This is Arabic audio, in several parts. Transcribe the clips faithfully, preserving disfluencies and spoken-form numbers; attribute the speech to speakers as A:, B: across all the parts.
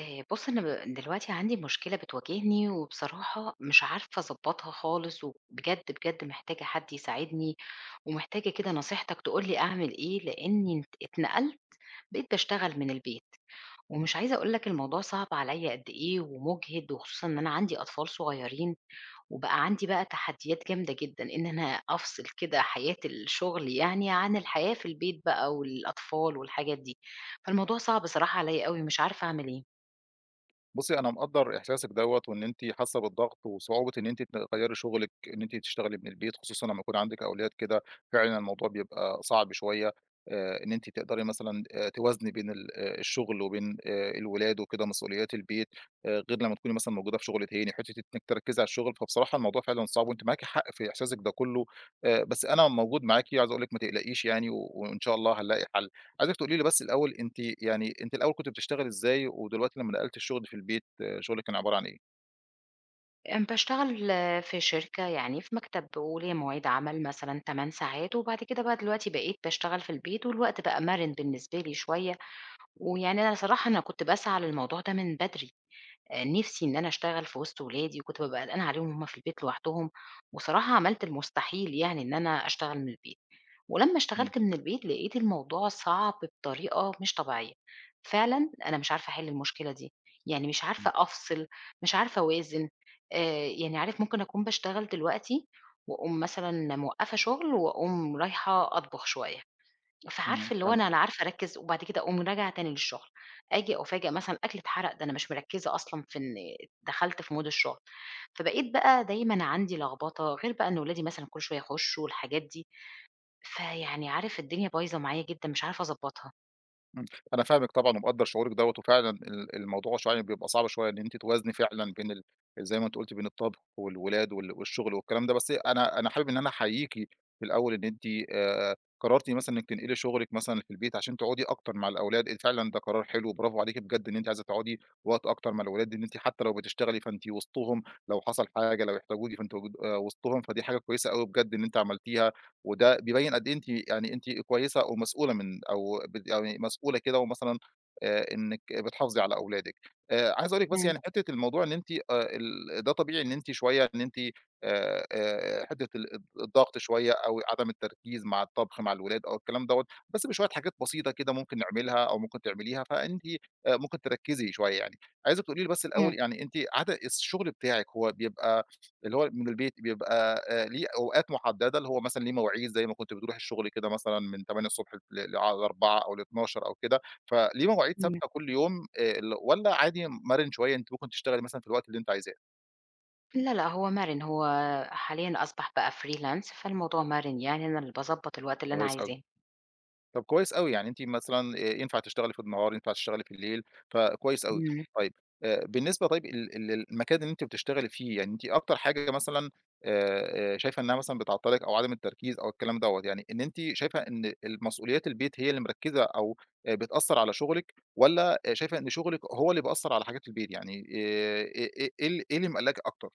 A: آآ بُص أنا ب دلوقتي عندي مشكلة بتواجهني، وبصراحة مش عارفة أضبّطها خالص، وبجد، بجد محتاجة حد يساعدني، ومحتاجة كده نصيحتك تقول لي أعمل إيه، لإني ات اتنقلت بقيت باشتغل من البيت، ومش عايزة أقول لك الموضوع صعب عليَّ قد إيه ومُجهِد، وخصوصًا إن أنا عندي أطفال صغيرين، وبقى عندي بقى تحديات جامدة جدًا، إن أنا أفصل كده حياة الشغل يعني عن الحياة في البيت بقى والأطفال والحاجات دي، فالموضوع صعب صراحة عليَّ أوي، مش عارفة أعمل إيه.
B: بُصّي، أنا مقدّر إحساسِك دوّة وإن أنتِ حاسة بالضغط وصعوبة إن أنتِ تغيّري شغلِك، إن أنتِ تشتغلي من البيت خصوصًا لمّا يكون عندِك أولاد كده، فعلًا الموضوع بيبقى صعب شوية. آآ، إن أنتِ تقدري مثلًا آآ، توازني بين ال آآ، الشغل وبين آآ، الولاد وكده مسؤوليات البيت. آآ، غير لمّا تكوني مثلًا موجودة في شغل تاني، حتّة إنِّك تركّزي على الشغل، فبصراحة الموضوع فعلًا صعب وأنتِ معاكِ حق في إحساسِك ده كلّه. آآ، بس أنا موجود معاكِ، عايز أقول لِك ما تقلقيش يعني و وإن شاء الله هنلاقي حل. عايزِك تقولي لي بس الأول أنتِ يعني أنتِ الأول كنتِ بتشتغلي إزاي، ودلوقتي لمّا نقلتِ الشغل في البيت آه، شغلِك كان عبارة عن إيه؟
A: أنا باشتغل في شركة يعني في مكتب وليّا مواعيد عمل مثلًا 8 ساعات، وبعد كده بقى دلوقتي بقيت باشتغل في البيت، والوقت بقى مَرِن بالنسبة لي شوية، ويعني أنا صراحة أنا كنت باسعى للموضوع ده من بدري. آآ نِفْسي إن أنا أشتغل في وسط ولادي، وكنت بابقى قلقانة عليهم وهُم في البيت لوحدهم، وصراحة عملت المستحيل يعني إن أنا أشتغل من البيت، ولمّا
B: إمم.
A: اشتغلت من البيت لقيت الموضوع صعب بطريقة مش طبيعية، فعلًا أنا مش عارفة أحِل المشكلة دي، يعني مش
B: إمم.
A: عارفة أفصل، مش عارفة أوازن. آآ يعني عارف ممكن أكون باشتغل دلوقتي وأقوم مثلًا موقّفة شغل وأقوم رايحة أطبخ شوية.
B: إمم.
A: فعارفة اللي هو أنا أنا عارفة أركّز، وبعد كده أقوم راجعة تاني للشغل، آجي أُفاجأ مثلًا أكلي اتحرق، ده أنا مش مركّزة أصلًا في إن دخلت في مود الشغل، فبقيت بقى دايمًا عندي لخبطة، غير بقى إن ولادي مثلًا كل شوية يخشوا والحاجات دي، فيعني عارف الدنيا بايظة معايا جدًا مش عارفة أضبّطها.
B: إمم. أنا فاهمِك طبعًا ومقدّر شعورِك دوّة، وفعلًا ال الموضوع شوية بيبقى صعب شوية إن أنتِ توازني فعلًا بين ال زي ما أنتِ قُلتِ بين الطبخ والولاد وال والشغل والكلام ده. بس أنا أنا حابب إن أنا أحييكِ في الأول إن أنتِ آآ، قررتِ مثلًا إنِّك تنقلي شغلِك مثلًا في البيت عشان تقعدي أكتر مع الأولاد. آآ، فعلًا ده قرار حلو، برافو عليكِ بجد إن أنتِ عايزة تقعدي وقت أكتر مع الولاد، إن أنتِ حتى لو بتشتغلي فأنتِ وسطهم، لو حصل حاجة، لو احتاجوكِ فأنتِ وجود آآ، وسطهم، فدي حاجة كويسة أوي بجد إن أنتِ عملتيها. وده بيبين قد إيه أنتِ يعني أنتِ كويسة أو مسؤولة من أو بت يعني مسؤولة كده ومثلًا آآ إنِّك بتحافظي على أولادِك. آآ عايز أقول لِك بس
A: إمم،
B: يعني حتّة الموضوع إن أنتِ آآ ال ده طبيعي إن أنتِ شوية إن أنتِ آآ آآ حتّة ال الض الضغط شوية أو عدم التركيز مع الطبخ مع الولاد أو الكلام دوّة. بس بشوية حاجات بسيطة كده ممكن نعملها أو ممكن تعمليها، فأنتِ آآ ممكن تركّزي شوية يعني. عايزِك تقولي لي بس
A: إمم،
B: الأول يعني أنتِ عاد الشغل بتاعِك هو بيبقى اللي هو من البيت بيبقى آآ ليه أوقات محددة، اللي هو مثلًا ليه مواعيد زي ما كنت بتروحي الشغل كده مثلًا من تمانية ص ل ل16:صفر صفر أو ل12:صفر صفر أو كده، فليه مواعيد
A: إمم.
B: ثابتة كل يوم آآ ال والّا عادي مَرِن شوية أنتِ ممكن تشتغلي مثلًا في الوقت اللي أنتِ عايزاه؟
A: لا، لأ، هو مَرِن، هو حاليًا أصبح بقى freelance فالموضوع مَرِن يعني أنا اللي باضبّط الوقت اللي أنا
B: كويس أوي.
A: عايزاه.
B: طب كويس أوي، يعني أنتِ مثلًا آآ ينفع تشتغلي في النهار، ينفع تشتغلي في الليل، فكويس أوي.
A: إمم.
B: طيب آآ بالنسبة، طيب ال ال المكان اللي أنتِ بتشتغلي فيه، يعني أنتِ أكتر حاجة مثلًا آآ آآ شايفة إنها مثلًا بتعطّلِك أو عدم التركيز أو الكلام دوّة، يعني إن أنتِ شايفة إن المسؤوليات البيت هي اللي مركِّزة أو آآ بتأثّر على شغلِك والّا آآ شايفة إن شغلِك هو اللي بيأثّر على حاجات البيت؟ يعني آآ إيه إيه إيه ال إيه اللي مقلّقاكِ أكتر؟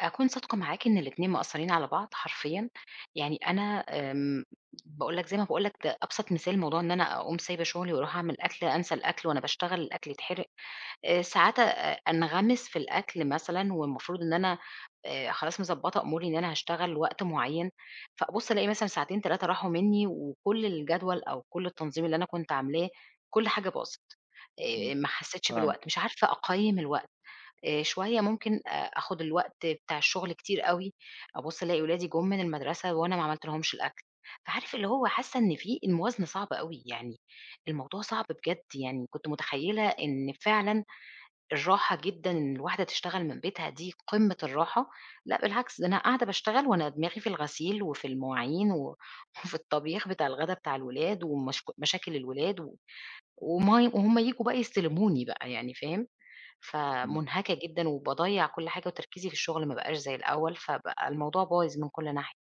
A: أكون صادقة معاك إن الاتنين مأثّرين على بعض حرفيًا، يعني أنا آمم باقول لك زي ما باقول لك ده أبسط مثال موضوع إن أنا أقوم سايبة شغلي وأروح أعمل أكل، أنسى الأكل وأنا باشتغل الأكل يتحرق. آآ ساعات أ أنغمس في الأكل مثلًا والمفروض إن أنا آآ خلاص مضبّطة أموري إن أنا هاشتغل وقت معيّن، فأبُص ألاقي مثلًا ساعتين تلاتة راحوا منّي وكل الجدول أو كل التنظيم اللي أنا كنت عاملاه كل حاجة باظت.
B: إمم.
A: آآ ما حسّيتش
B: فاهمِك.
A: بالوقت، مش عارفة أقيّم الوقت. آآ شوية ممكن أ آخُد الوقت بتاع الشغل كتير أوي، أبُص ألاقي ولادي جُم من المدرسة وأنا ما عملت لهمش الأكل، فعارف اللي هو حاسة إن في الموازنة صعبة أوي، يعني الموضوع صعب بجد يعني، كنت متخيّلة إن فعلًا الراحة جدًا إن الواحدة تشتغل من بيتها دي قمة الراحة، لأ بالعكس ده أنا قاعدة باشتغل وأنا دماغي في الغسيل وفي المواعين و وفي الطبيخ بتاع الغدا بتاع الولاد ومشك مشاكل الولاد و وما وهُم ييجوا بقى يستلموني بقى يعني فاهم؟
B: إمم.
A: فمُنهكة جدًا وباضيّع كل حاجة وتركيزي في الشغل ما بقاش زي الأول، فبقى الموضوع بايظ من كل ناحية.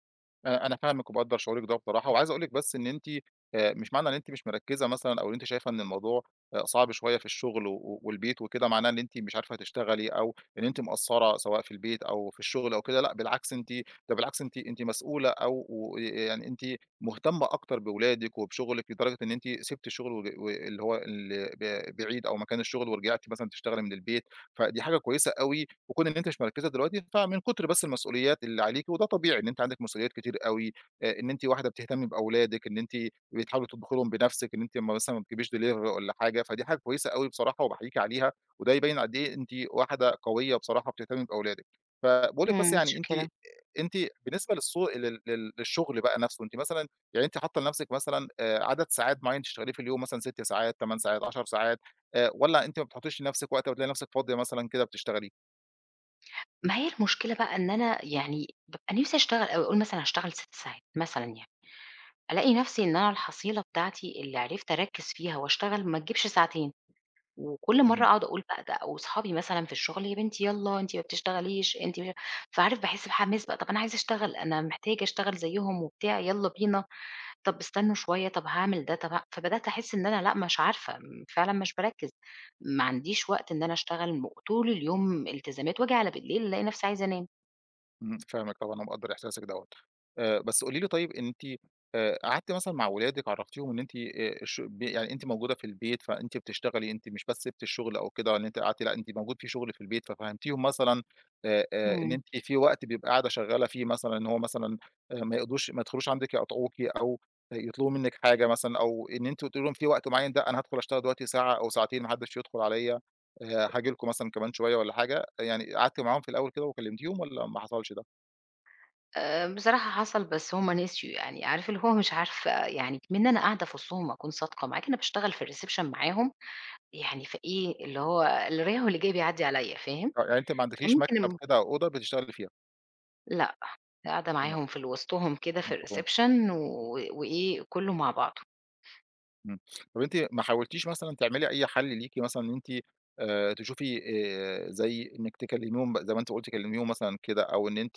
B: أنا أنا فاهمِك وباقدّر شعورِك ده بصراحة، وعايز أقول لِك بس إن أنتِ آآ مش معنى إن أنتِ مش مركّزة مثلًا أو ان أنتِ شايفة إن الموضوع آآ صعب شوية في الشغل و و- والبيت وكده، معناه إن أنتِ مش عارفة تشتغلي أو إن أنتِ مقصّرة سواء في البيت أو في الشغل أو كده، لأ بالعكس أنتِ ده بالعكس أنتِ أنتِ مسؤولة أو و يعني أنتِ مهتمة أكتر بولادِك وبشغلِك لدرجة إن أنتِ سِبتِ الشغل وج واللي هو ال ب بعيد أو مكان الشغل ورجعتِ مثلًا تشتغلي من البيت، فدي حاجة كويسة أوي. وكون إن أنتِ مش مركّزة دلوقتي، فمن كتر بس المسؤوليات اللي عليكِ، وده طبيعي إن أنتِ عندِك مسؤوليات كتير أوي. آآ إن أنتِ واحدة بتهتمي بأولادِك، إن أنتِ بتحاولي تطبخي لهم بنَفْسِك، إن أنتِ ما مثلًا ما بتجيبيش delivery والّا حاجة، فدي حاجة كويسة أوي بصراحة وباحييكِ عليها. وده يبيّن قد إيه أنتِ واحدة قوية بصراحة بتهتمي بأولادِك. فباقول لِك بس
A: إمم.
B: يعني أنتِ
A: مشكلة
B: أنتِ بالنسبة للصو لل لل للشغل بقى نَفْسه، أنتِ مثلًا يعني أنتِ حاطة لنَفْسِك مثلًا آآ عدد ساعات معيّن تشتغليه في اليوم مثلًا ستة ساعات، تمان ساعات، عشر ساعات آآ والّا أنتِ ما بتحطّيش لنَفْسِك وقت وبتلاقي نَفْسِك فاضية مثلًا كده بتشتغلي؟
A: ما هي المشكلة بقى إن أنا يعني بابقى نِفْسي أشتغل أوي، أقول مثلًا هاشتغل ستة ساعات مثلًا يعني، ألاقي نَفْسي إن أنا الحصيلة بتاعتي اللي عرفت أركّز فيها وأشتغل ما تجيبش ساعتين، وكل
B: إمم.
A: مرّة أقعد أقول بقى ده وأصحابي مثلًا في الشغل: "يا بنتي يالّا أنتِ ما بتشتغليش، أنتِ". فعارف باحس بحماس بقى، طَب أنا عايزة أشتغل، أنا محتاجة أشتغل زيّهم وبتاع، يالّا بينا. طب استنوا شوية، طب هاعمل ده، طب ه فبدأت أحس إن أنا لأ، مش عارفة، م فعلًا مش باركّز، ما عنديش وقت إن أنا أشتغل، م طول اليوم التزامات، وآجي على بالليل ألاقي نفسي عايزة أنام.
B: إمم، فاهمِك طبعًا ومقدّر إحساسِك دوّة. آآ، بس قولي لي طيب أنتِ آآ، قعدتِ مثلًا مع ولادِك عرّفتيهم إن أنتِ آآ، الش ب يعني أنتِ موجودة في البيت، فأنتِ بتشتغلي، أنتِ مش بس سِبتِ الشغل أو كده إن أنتِ قعدتِ، لأ أنتِ موجود في شغل في البيت، ففهمتيهم مثلًا آآ، آآ، إن
A: إمم.
B: أنتِ في وقت بيبقى قاعدة شغّالة فيه مثلًا إن هو مثلًا آآ، ما يقدروش ما يدخلوش عندِك يقاطعوكِ أو يطلبوا منِّك حاجة مثلًا، أو إن أنتِ قُلتِ لهم في وقت معيّن ده أنا هادخل أشتغل دلوقتي ساعة أو ساعتين ما حدّش يدخل عليَّ. آآ، هاجي لكم مثلًا كمان شوية والّا حاجة؟ يعني قعدتِ معاهم في الأول كده وكلمتيهم والّا ما حصلش ده؟
A: آآ، بصراحة حصل بس هُم نسيوا يعني، عارف اللي هو مش عارفة يعني إكمن أنا قاعدة في وسطهم أكون صادقة معاك، أنا باشتغل في الreception معاهم، يعني فإيه اللي هو اللي رايح واللي جاي بيعدّي عليَّ فاهم؟
B: آه، يعني أنتِ ما عندكيش
A: فممكن
B: مكتب
A: م
B: كده أو أوضة بتشتغلي فيها.
A: لأ، قاعدة
B: تمام.
A: معاهم في ال وسطهم كده في
B: مفهوم.
A: الreception و وإيه كُلّه مع بعضه.
B: إمم. طب أنتِ ما حاولتيش مثلًا تعملي أي حل ليكِ مثلًا إن أنتِ آآ تشوفي آآ زي إنِّك تكلميهم ب زي ما أنتِ قُلتِ كلميهم مثلًا كده أو إن أنتِ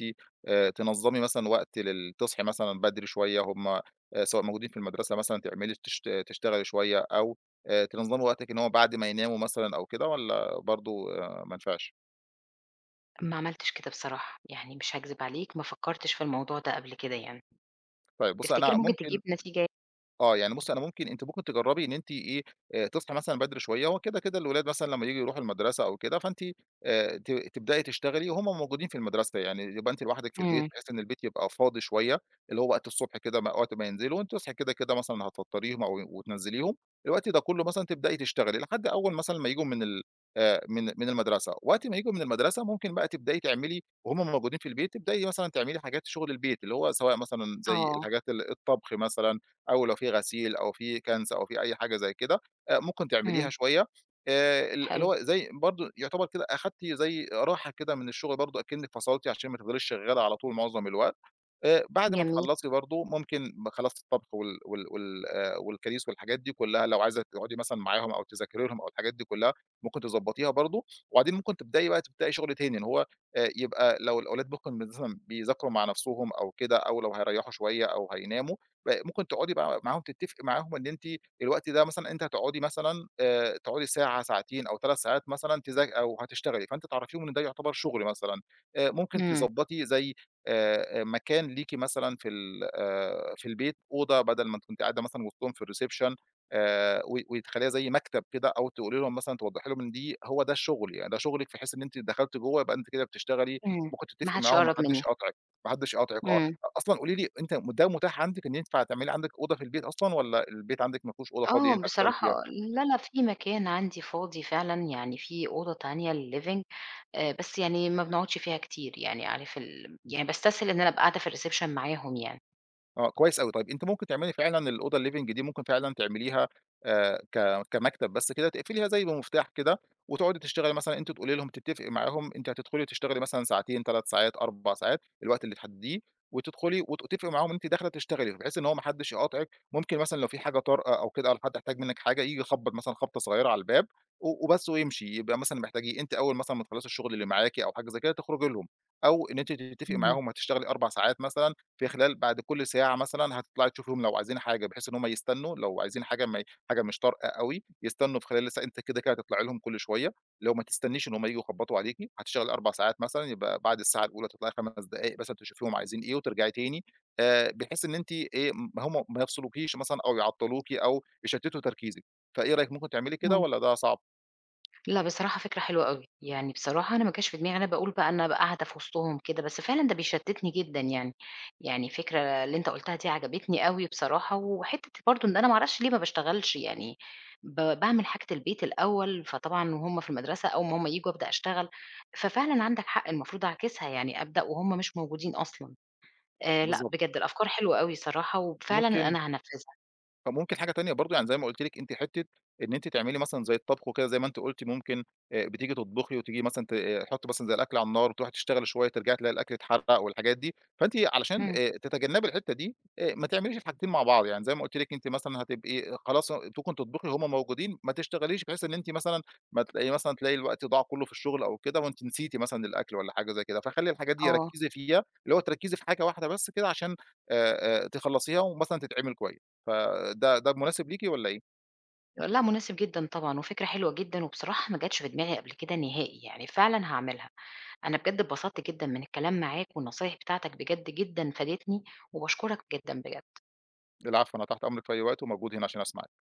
B: آآ تنظّمي مثلًا وقت لل تصحي مثلًا بدري شوية هم آآ سواء موجودين في المدرسة مثلًا تعملي تشت تشتغلي شوية أو آآ تنظّمي وقتِك إن هو بعد ما يناموا مثلًا أو كده، والّا برضه آآ ما نفعش؟
A: ما عملتش كده بصراحة، يعني مش هاكذب عليك ما فكّرتش في الموضوع ده قبل كده يعني،
B: طيب بُصّي
A: تفتكر
B: أنا
A: ممكن
B: ممكن
A: تجيب نتيجة؟
B: آه، يعني بُصّي أنا ممكن أنتِ ممكن تجرّبي إن أنتِ إيه، آآ تصحي مثلًا بدري شوية، هو كده، كده الولاد مثلًا لمّا ييجوا يروحوا المدرسة أو كده، فأنتِ آآ ت تبدئي تشتغلي وهُم موجودين في المدرسة، يعني يبقى أنتِ لوحدِك في البيت،
A: إمم،
B: بحيث إن البيت يبقى فاضي شوية، اللي هو وقت الصبح كده م وقت ما ينزلوا، وأنتِ تصحي كده، كده مثلًا هتفطّريهم أو وتنزّليهم، الوقت ده كلّه مثلًا تبدئي تشتغلي لحد أول مثلًا ما ييجوا من ال آآ من من المدرسة، وقت ما ييجوا من المدرسة ممكن بقى تبدئي تعملي وهُم موجودين في البيت، تبدئي مثلًا تعملي حاجات شُغل البيت، اللي هو سواء مثلًا زي
A: آه،
B: الحاجات ال الطبخ مثلًا أو لو في غسيل أو في كنس أو في أي حاجة زي كده. آآ ممكن
A: إمم،
B: تعمليها شوية. آآ ال اللي
A: حلو،
B: هو زي برضه يعتبر كده أخدتِ زي راحة كده من الشغل برضه أكنِّك فصلتِ عشان ما تفضليش شغالة على طول معظم الوقت. آآ بعد ما
A: جميل،
B: تخلّصي برضه ممكن ب خلاص الطبخ وال وال وال آآ والكريس والحاجات دي كلّها لو عايزة تقعدي مثلًا معاهم أو تذاكري لهم أو الحاجات دي كلّها، ممكن تضبّطيها برضه. وبعدين ممكن تبدئي بقى تبدئي شغل تاني، إن هو آآ يبقى لو الأولاد ممكن مثلًا بيذاكروا مع نَفْسهم أو كده، أو لو هيريّحوا شوية أو هيناموا ب ممكن تقعدي بقى معاهم تتفقي معاهم إن أنتِ الوقت ده مثلًا أنتِ هتقعدي مثلًا آآ، تقعدي ساعة، ساعتين أو تلاتة ساعات مثلًا تذا أو هتشتغلي، فأنتِ تعرفيهم إن ده يعتبر شغل مثلًا. آآ، ممكن
A: إمم،
B: تضبّطي زي آآ، مكان ليكِ مثلًا في ال آآ، في البيت أوضة بدل ما أنتِ كنتِ قاعدة مثلًا وسطهم في الreception. آآ، و وتخلّيها زي مكتب كده أو تقولي لهم مثلًا توضّحي لهم إن دي هو ده الشغل، يعني ده شغلِك، بحيث إن أنتِ دخلتِ جوّه يبقى أنتِ كده بتشتغلي.
A: إمم،
B: ممكن
A: ما
B: تتفقي
A: حدش
B: معاهم ما
A: يقرّب
B: حدّش
A: منّي،
B: يقاطعِك. ما حدّش يقاطعِك آه.
A: إمم.
B: أصلًا قولي لي أنت م ده متاح عندِك إن ينفع تعملي عندِك أوضة في البيت أصلًا، والّا البيت عندِك ما فيهوش أوضة فاضية
A: آه
B: ينفع تشتغلي
A: بصراحة
B: فيها؟
A: لا، لا في مكان عندي فاضي فعلًا، يعني في أوضة تانية للliving. آآ، بس يعني ما بنقعدش فيها كتير يعني عارف ال يعني باستسهل إن أنا أبقى قاعدة في الreception معاهم يعني.
B: آه، كويس أوي. طيب أنتِ ممكن تعملي فعلًا الأوضة الliving دي ممكن فعلًا تعمليها آآ، ك كمكتب بس كده تقفليها زي بمفتاح كده، وتقعدي تشتغلي مثلًا أنتِ تقولي لهم تتفقي معاهم أنتِ هتدخلي تشتغلي مثلًا ساعتين، تلات ساعات، أربعة ساعات، الوقت اللي تحدديه. وتدخلي وتتفقي معاهم إن أنتِ داخلة تشتغلي، بحيث إن هو ما حدش يقاطعِك. ممكن مثلًا لو في حاجة طارئة أو كده، أو حد احتاج منِك حاجة، ييجي يخبط مثلًا خبطة صغيرة على الباب و وبس ويمشي، يبقى مثلًا محتاجيه أنتِ أول مثلًا ما تخلصي الشغل اللي معاكِ أو حاجة زي كده تخرجي لهم، أو إن أنتِ تتفقي
A: إمم،
B: معاهم هتشتغلي أربع ساعات مثلًا، في خلال بعد كل ساعة مثلًا هتطلعي تشوفيهم لو عايزين حاجة، بحيث إن هم يستنوا لو عايزين حاجة ما حاجة مش طارئة أوي، يستنوا في خلال الس أنتِ كده، كده هتطلعي لهم كل شوية، لو ما تستنيش إن هم ييجوا يخبطوا عليكِ، هتشتغلي أربع ساعات مثلًا، يبقى بعد الساعة الأولى تطلعي خمس دقايق مثلًا تشوفيهم عايزين إيه وترجعي تاني. آآ، بحيث إن أنتِ إيه، ما هم ما يفصلوكيش مثلًا أو يعطلوكِ أو يشتتوا تركيزِك، فإيه رأيِك ممكن تعملي كده
A: إمم.
B: والّا ده صعب؟
A: لأ، بصراحة فكرة حلوة أوي، يعني بصراحة أنا ما جاش في دماغي أنا باقول بقى أنا أبقى قاعدة في وسطهم كده، بس فعلًا ده بيشتتني جدًا يعني، يعني الفكرة اللي أنت قُلتها دي عجبتني أوي بصراحة، وحتة برضه إن أنا ما أعرفش ليه ما باشتغلش يعني، ب باعمل حاجة البيت الأول، فطبعًا وهُم في المدرسة أول ما هُم ييجوا أبدأ أشتغل، ففعلًا عندك حق المفروض أعكسها يعني أبدأ وهُم مش موجودين أصلًا. آآ لأ
B: بالضبط.
A: بجد الأفكار حلوة أوي صراحة، وفعلًا
B: ممكن
A: أنا هانفذها.
B: فممكن حاجة تانية برضه يعني زي ما قُلت لِك أنتِ حتّة إن أنتِ تعملي مثلًا زي الطبخ وكده زي ما أنتِ قُلتِ ممكن آآ بتيجي تطبخي وتيجي مثلًا ت آه، تحطّي مثلًا زي الأكل على النار وتروحي تشتغلي شوية ترجعي تلاقي الأكل اتحرق والحاجات دي، فأنتِ علشان
A: إمم،
B: آآ تتجنّبي الحتّة دي آآ ما تعمليش الحاجتين مع بعض، يعني زي ما قُلت لِك أنتِ مثلًا هتبقي خلاص ممكن تطبخي وهُم موجودين ما تشتغليش، بحيث إن أنتِ مثلًا ما تلاقي مثلًا تلاقي الوقت ضاع كلّه في الشغل أو كده وأنتِ نسيتِ مثلًا الأكل والّا حاجة زي كده، فخلّي الحاجات دي
A: آه.
B: ركّزي فيها اللي هو تركّزي في حاجة واحدة بس كده عشان آآ آآ تخلّصيها ومثلًا تتعمل كويس. فده ده مناسب ليكِ والّا إيه؟
A: لأ، مناسب جدًا طبعًا، وفكرة حلوة جدًا، وبصراحة ما جاتش في دماغي قبل كده نهائي، يعني فعلًا هاعملها. أنا بجد اتبسطت جدًا من الكلام معاك، والنصايح بتاعتك بجد جدًا فادتني، وباشكرك جدًا بجد.
B: العفو، أنا تحت أمرِك في أي وقت وموجود هنا عشان أسمعِك.